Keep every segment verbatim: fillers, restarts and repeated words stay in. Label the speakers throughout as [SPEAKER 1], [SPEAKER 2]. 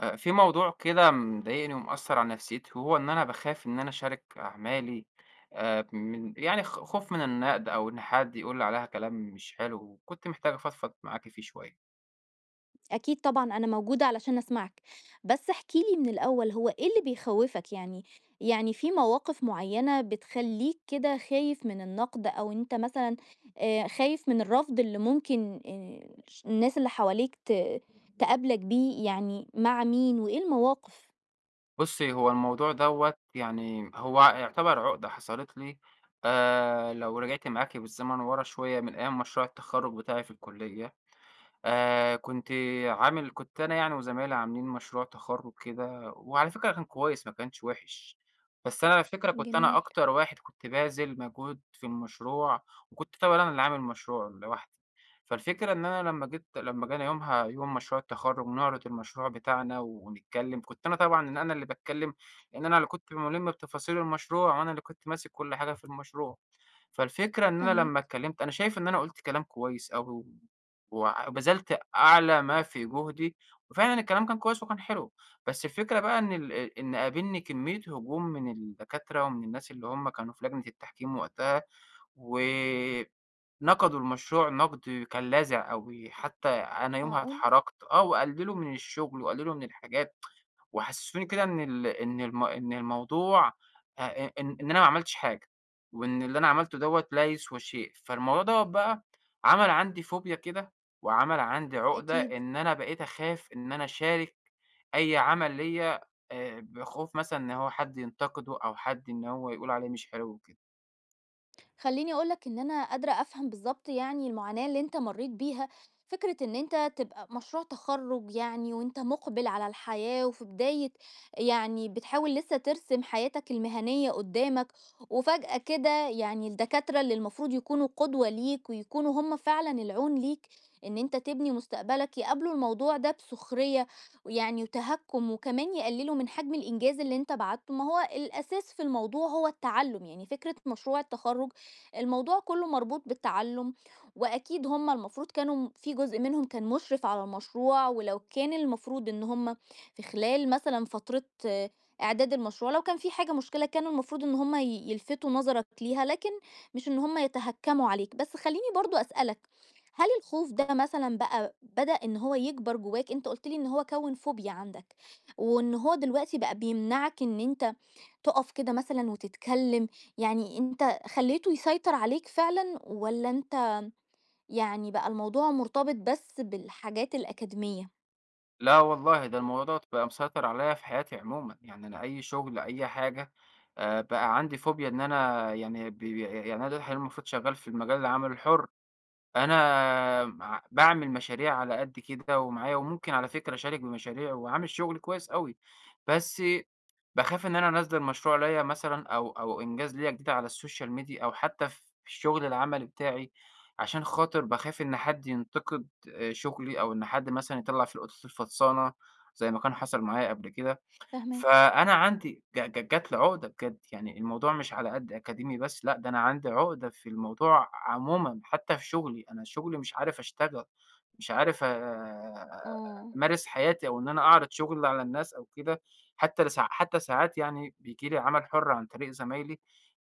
[SPEAKER 1] آآ، في موضوع كده مضايقني ومأثّر على نفسيتي، وهو إن أنا باخاف إن أنا أشارك أعمالي آآ، من يعني خ خوف من النقد أو إن حد يقول لي عليها كلام مش حلو، وكنت محتاج أفضفض معاكِ فيه شوية.
[SPEAKER 2] أكيد طبعًا أنا موجودة علشان أسمعك، بس احكِ لي من الأول هو إيه اللي بيخوّفك يعني؟ يعني في مواقف معيّنة بتخلّيك كده خايف من النقد، أو أنت مثلًا آآ خايف من الرفض اللي ممكن آآ ش الناس اللي حواليك ت تقابلك بيه، يعني مع مين وإيه المواقف؟
[SPEAKER 1] بُصّي، هو الموضوع دوّة يعني هو يعتبر عقدة حصلت لي، آآ، لو رجعت معاكِ بالزمن ورا شوية من أيام مشروع التخرُّج بتاعي في الكلية. آآ كنت عامل كنت أنا يعني وزمايلي عاملين مشروع تخرُّج كده، وعلى فكرة كان كويس ما كانش وِحِش، بس أنا على فكرة كنت أنا
[SPEAKER 2] جميل.
[SPEAKER 1] أكتر واحد كنت باذِل مجهود في المشروع، وكنت طبعًا أنا اللي عامل المشروع لوحدي. فالفكرة إن أنا لمّا جيت لمّا جانا يومها يوم مشروع التخرُّج نعرض المشروع بتاعنا ونتكلّم، كنت أنا طبعًا ان أنا اللي باتكلّم، لإن أنا اللي كنت مُلِم بتفاصيل المشروع وأنا اللي كنت ماسك كل حاجة في المشروع. فالفكرة إن أنا لمّا
[SPEAKER 2] فاهماك.
[SPEAKER 1] اتكلّمت أنا شايف إن أنا قُلت كلام كويس أوي، وع وبذلت أعلى ما في جهدي، وفعلًا الكلام كان كويس وكان حلو، بس الفكرة بقى إن ال آآ إن قابلني كمية هجوم من الدكاترة ومن الناس اللي هم كانوا في لجنة التحكيم وقتها، و نقدوا المشروع نقد كان لاذع أوي، حتى أنا يومها
[SPEAKER 2] معقولة!
[SPEAKER 1] اتحرجت، آه، وقللوا من الشغل وقللوا من الحاجات، وحسسوني كده إن ال إن الم إن الموضوع، أ إ إن إن أنا ما عملتش حاجة، وإن اللي أنا عملته دوّة لا يسوى شيء، فالموضوع دوّة بقى عمل عندي فوبيا كده، وعمل عندي عقدة
[SPEAKER 2] أكيد.
[SPEAKER 1] إن أنا بقيت أخاف إن أنا أشارك أي عمل ليّا، آآ، بخوف مثلًا إن هو حد ينتقده أو حد إن هو يقول عليه مش حلو وكده.
[SPEAKER 2] خلّيني أقول لك إن أنا قادرة أفهم بالضبط يعني المعاناة اللي أنت مرّيت بيها. فكرة إن أنت تبقى مشروع تخرُّج يعني، وأنت مُقبِل على الحياة وفي بداية، يعني بتحاول لسه ترسم حياتك المهنية قُدّامك، وفجأة كده يعني الدكاترة اللي المفروض يكونوا قدوة ليك، ويكونوا هم فعلًا العون ليك إن أنت تبني مستقبلك، يقابلوا الموضوع ده بسُخرية ويعني وتهكُّم، وكمان يقلّلوا من حجم الإنجاز اللي أنت بعتّه. ما هو الأساس في الموضوع هو التعلُّم، يعني فكرة مشروع التخرُّج الموضوع كله مربوط بالتعلُّم. وأكيد هُم المفروض كانوا م في جزء منهم كان مُشرِف على المشروع، ولو كان المفروض إن هُم في خلال مثلًا فترة آه، إعداد المشروع، لو كان في حاجة مشكلة، كان المفروض إن هُم ي يلفتوا نظرك ليها، لكن مش إن هُم يتهكّموا عليك. بس خلّيني برضه أسألك، هل الخوف ده مثلًا بقى بدأ إن هو يكبر جواك؟ أنت قُلت لي إن هو كوِّن فوبيا عندك، وإن هو دلوقتي بقى بيمنعك إن أنت تُقف كده مثلًا وتتكلّم. يعني أنت خلّيته يسيطر عليك فعلًا، والّا أنت يعني بقى الموضوع مرتبط بس بالحاجات الأكاديمية؟
[SPEAKER 1] لا والله، ده الموضوع دوّة بقى مسيطر عليَّ في حياتي عمومًا، يعني أنا أي شغل، أي حاجة، آآ، بقى عندي فوبيا إن أنا يعني ب يعني أنا دلوقتي حاليًا المفروض شغّال في المجال العمل الحُر، أنا مع باعمل مشاريع على قد كده ومعايا وممكن على فكرة أشارك بمشاريع وعامل شغل كويس أوي، بس باخاف إن أنا أنزّل مشروع ليّا مثلًا أو أو إنجاز ليّا جديد على السوشيال ميديا أو حتى في الشغل العملي بتاعي، عشان خاطر باخاف إن حد ينتقد آآ شغلي أو إن حد مثلًا يطلّع في القطط الفطسانة زي ما كان حصل معايا قبل كده.
[SPEAKER 2] فاهماك.
[SPEAKER 1] فأنا عندي ج ج جات لي عقدة بجد، يعني الموضوع مش على قد أكاديمي بس لأ، ده أنا عندي عقدة في الموضوع عمومًا، حتى في شغلي، أنا شغلي مش عارف أشتغل. مش عارف آآ
[SPEAKER 2] آه.
[SPEAKER 1] أمارس حياتي أو إن أنا أعرض شغلي على الناس أو كده، حتى لساع حتى ساعات يعني بييجي لي عمل حُر عن طريق زمايلي،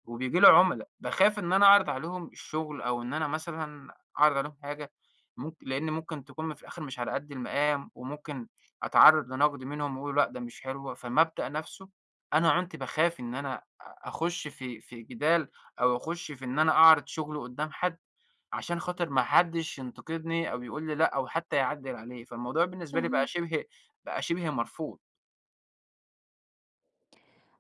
[SPEAKER 1] وبييجي لي عُملا، باخاف إن أنا أعرض عليهم الشغل أو إن أنا مثلًا أعرض عليهم حاجة ممك لإن ممكن تكون في الآخر مش على قد المقام، وممكن أتعرّض لنقد منهم ويقولوا لأ ده مش حلوة، فالمبدأ نَفْسه أنا عُنت باخاف إن أنا أ أخُش في في جدال أو أخُش في إن أنا أعرض شغلي قدّام حد. عشان خاطر ما حدّش ينتقدني أو يقول لي لأ أو حتى يعدّل عليه، فالموضوع بالنسبة لي بقى
[SPEAKER 2] فاهماك.
[SPEAKER 1] شِبه بقى شِبه مرفوض.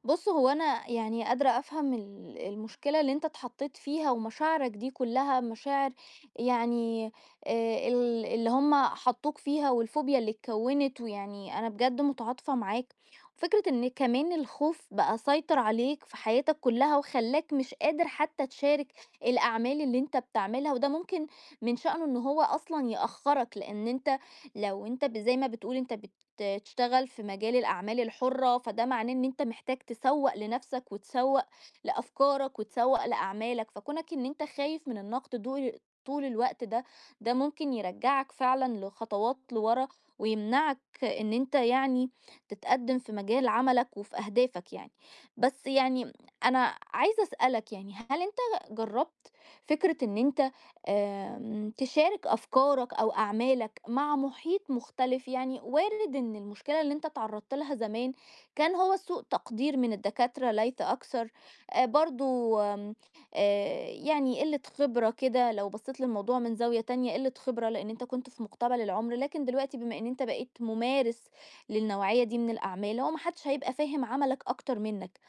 [SPEAKER 2] بُص، هو أنا يعني قادرة أفهم ال المشكلة اللي أنت اتحطيت فيها، ومشاعرك دي كلّها مشاعر يعني آآ ال اللي هم حطّوك فيها، والفوبيا اللي اتكوّنت، ويعني أنا بجد متعاطفة معاك. وفكرة إن كمان الخوف بقى سيطر عليك في حياتك كلّها، وخلّاك مش قادر حتّى تشارك الأعمال اللي أنت بتعملها، وده ممكن من شأنه إن هو أصلًا يأخّرك، لإن أنت لو أنت ب زي ما بتقول أنت ب ت تشتغل في مجال الأعمال الحرة، فده معناه إن أنت محتاج تسوّق لنفسك، وتسوّق لأفكارك، وتسوّق لأعمالك. فكونك إن أنت خايف من النقد دول طول الوقت ده، ده ممكن يرجّعك فعلًا لخطوات لورا، ويمنعك إن أنت يعني تتقدّم في مجال عملك وفي أهدافك يعني. بس يعني أنا عايزة أسألك، يعني هل أنت جرّبت فكرة إن أنت آمم، تشارك أفكارك أو أعمالك مع محيط مختلف؟ يعني وارد إن المشكلة اللي أنت اتعرّضت لها زمان كان هو سوء تقدير من الدكاترة ليس أكثر، آآ برضه، آمم، آآ يعني قِلّة خبرة كده لو بصّيت للموضوع من زاوية تانية. قِلّة خبرة لإن أنت كنت في مُقتبل العُمر، لكن دلوقتي بما إن أنت بقيت ممارس للنوعية دي من الأعمال، هو ما حدش هيبقى فاهم عملك أكتر منّك.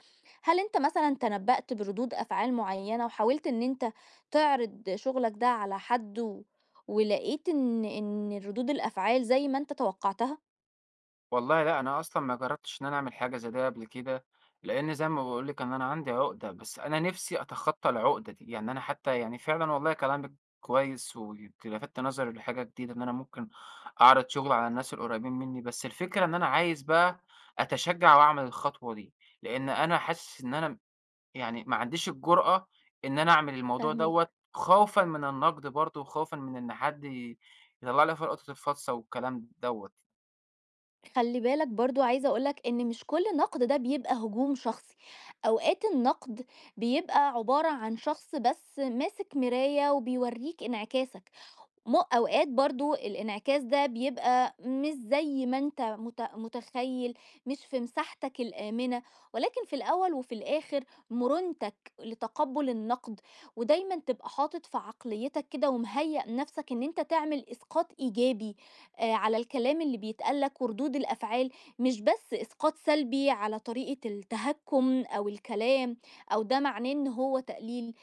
[SPEAKER 2] هل أنت مثلًا تنبّأت بردود أفعال معيّنة، وحاولت إن أنت تعرض شغلك ده على حد، و ولقيت إن إن ردود الأفعال زي ما أنت توقعتها؟
[SPEAKER 1] والله لأ، أنا أصلًا ما جرّبتش إن أنا أعمل حاجة زي ده قبل كده، لإن زي ما باقول لِك إن أنا عندي عُقدة، بس أنا نِفْسي أتخطّى العُقدة دي، يعني أنا حتى يعني فعلًا والله كلامِك كويس وأنتِ لفتِ نظري لحاجة جديدة إن أنا ممكن أعرض شُغلي على الناس القريّبين منّي، بس الفكرة إن أنا عايز بقى أتشجّع وأعمل الخطوة دي، لإن أنا حاسس إن أنا يعني ما عنديش الجرأة إن أنا أعمل الموضوع
[SPEAKER 2] فاهماك.
[SPEAKER 1] دوّة، خوفًا من النقد برضه، وخوفًا من إن حد ي يطلّع لي فيها لقطة الفاصة والكلام دوّة.
[SPEAKER 2] خلّي بالك برضه، عايزة أقول لك إن مش كل نقد ده بيبقى هجوم شخصي. أوقات النقد بيبقى عبارة عن شخص بس ماسك مراية وبيورّيك انعكاسك، م أوقات برضه الإنعكاس ده بيبقى مش زي ما أنت مت- متخيل، مش في مساحتك الآمنة، ولكن في الأول وفي الآخر مرونتك لتقبل النقد، ودايما تبقى حاطط في عقليتك كده ومهيأ نفسك إن أنت تعمل إسقاط إيجابي آه، على الكلام اللي بيتقالك وردود الأفعال، مش بس إسقاط سلبي على طريقة التهكم أو الكلام، أو ده معناه إن هو تقليل.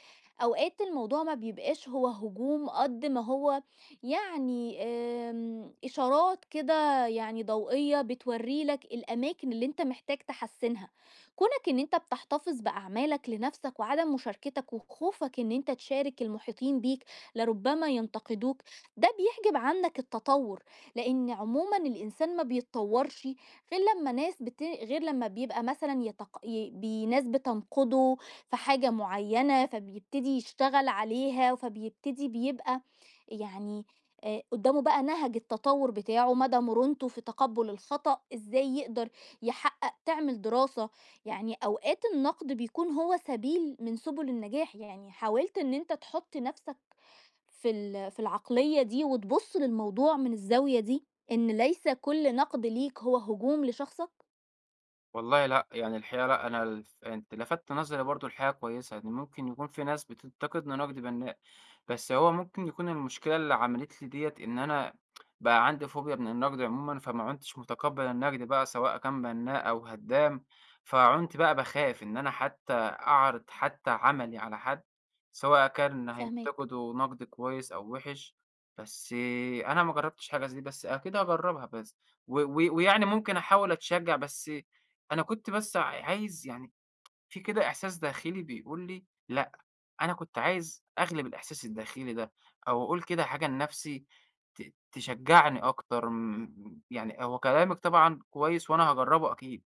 [SPEAKER 2] أوقات الموضوع ما بيبقاش هو هجوم قد ما هو يعني آمم، إشارات كده يعني ضوئية بتورّي لك الأماكن اللي أنت محتاج تحسّنها. كونك إن أنت بتحتفظ بأعمالك لنفسك، وعدم مشاركتك، وخوفك إن أنت تشارك المحيطين بيك لربما ينتقدوك، ده بيحجب عنك التطوّر، لإن عمومًا الإنسان ما بيتطوّرش غير لمّا ناس بت غير لمّا بيبقى مثلًا يتق ي بي ناس بتنقده في حاجة معيّنة، فبيبتدي يشتغل عليها، فبيبتدي بيبقى يعني آآ قدّامه بقى نهج التطوّر بتاعه، مدى مرونته في تقبُّل الخطأ، إزاي يقدر يحقق تعمل دراسة. يعني أوقات النقد بيكون هو سبيل من سُبُل النجاح، يعني حاولت إن أنت تحُط نَفْسك في ال في العقلية دي، وتبُص للموضوع من الزاوية دي، إن ليس كل نقد ليك هو هجوم لشخصك؟
[SPEAKER 1] والله لأ، يعني الحقيقة لأ، أنا الف أنت لفتت نظري برضه لحاجة كويسة، إن ممكن يكون في ناس بتنتقدني إن أنا نقد بنّاء، بس هو ممكن يكون المشكلة اللي عملت لي ديّة إن أنا بقى عندي فوبيا من النقد عمومًا، فما عُنتش متقبّل النقد بقى سواء كان بنّاء أو هدّام، فعُنت بقى باخاف إن أنا حتى أعرض حتى عملي على حد، سواء كان
[SPEAKER 2] فاهماك.
[SPEAKER 1] هينتقده نقد كويس أو وِحِش، بس أنا ما جرّبتش حاجة زي دي، بس أكيد هاجرّبها بس و و ويعني ممكن أحاول أتشجّع بس أنا كنت بس عايز يعني في كده إحساس داخلي بيقول لي لأ، أنا كنت عايز أغلب الإحساس الداخلي ده، أو أقول كده حاجة لنفسي ت تشجعني أكتر م يعني هو كلامِك طبعًا كويس وأنا هاجرّبه أكيد،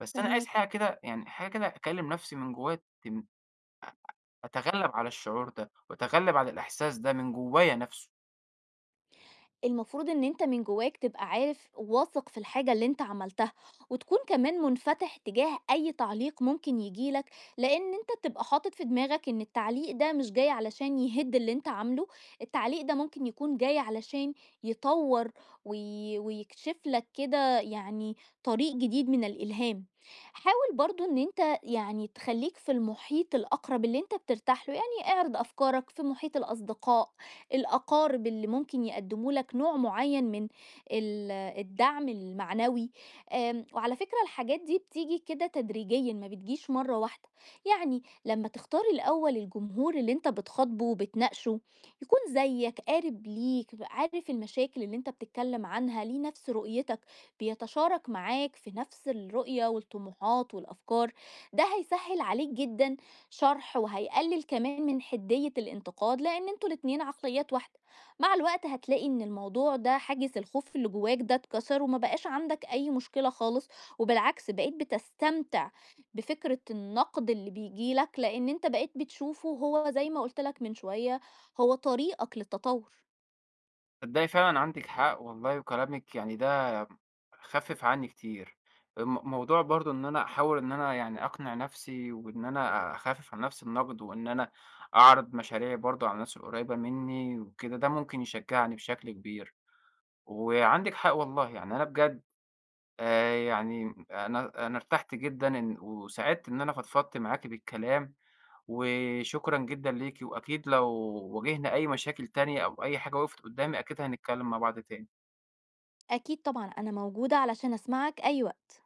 [SPEAKER 1] بس أنا عايز
[SPEAKER 2] فاهماك.
[SPEAKER 1] حاجة كده يعني حاجة كده أكلّم نفسي من جوّايا تم أ أتغلّب على الشعور ده وأتغلّب على الإحساس ده من جوّايا نفسه.
[SPEAKER 2] المفروض إن أنت من جواك تبقى عارف واثق في الحاجة اللي أنت عملتها، وتكون كمان منفتح تجاه أي تعليق ممكن ييجي لك، لإن أنت بتبقى حاطط في دماغك إن التعليق ده مش جاي علشان يهِد اللي أنت عامله، التعليق ده ممكن يكون جاي علشان يطوّر وي ويكشف لك كده يعني طريق جديد من الإلهام. حاول برضه إن أنت يعني تخلّيك في المحيط الأقرب اللي أنت بترتاح له، يعني اعرض أفكارك في محيط الأصدقاء، الأقارب اللي ممكن يقدموا لك نوع معين من ال- الدعم المعنوي. آم، وعلى فكرة الحاجات دي بتيجي كده تدريجيا، ما بتجيش مرة واحدة. يعني لما تختار الأول الجمهور اللي انت بتخاطبه وبتناقشه، يكون زيك، قارب ليك، عارف المشاكل اللي انت بتتكلم عنها، ليه نفس رؤيتك، بيتشارك معاك في نفس الرؤية والطموحات والأفكار، ده هيسهل عليك جدا شرح، وهيقلل كمان من حدية الانتقاد، لأن انتوا الاتنين عقليات واحدة. مع الوقت هتلاقي ان الموضوع ده حاجز الخوف اللي جواك ده اتكسر، وما بقاش عندك أي مشكلة خالص، وبالعكس بقيت بتستمتع بفكرة النقد اللي بيجيلك، لأن انت بقيت بتشوفه، هو زي ما قلتلك من شوية، هو طريقك للتطور.
[SPEAKER 1] تصدقي فعلًا عندِك حق والله وكلامِك يعني ده خفِّف عني كتير. م موضوع برضه إن أنا أحاول إن أنا يعني أقنع نفسي وإن أنا أخفِّف عن نفسي النقد وإن أنا أعرض مشاريعي برضه على الناس القريّبة منّي وكده، ده ممكن يشجّعني بشكل كبير. وعندِك حق والله، يعني أنا بجد، آآ يعني أنا أنا ارتحت جدًا إن وسعدت إن أنا فضفضت معاكِ بالكلام، وشكرًا جدًا ليكِ وأكيد لو واجهنا أي مشاكل تانية أو أي حاجة وقفت قُدّامي أكيد هنتكلّم مع بعض تاني.
[SPEAKER 2] أكيد طبعا أنا موجودة علشان أسمعك أي وقت.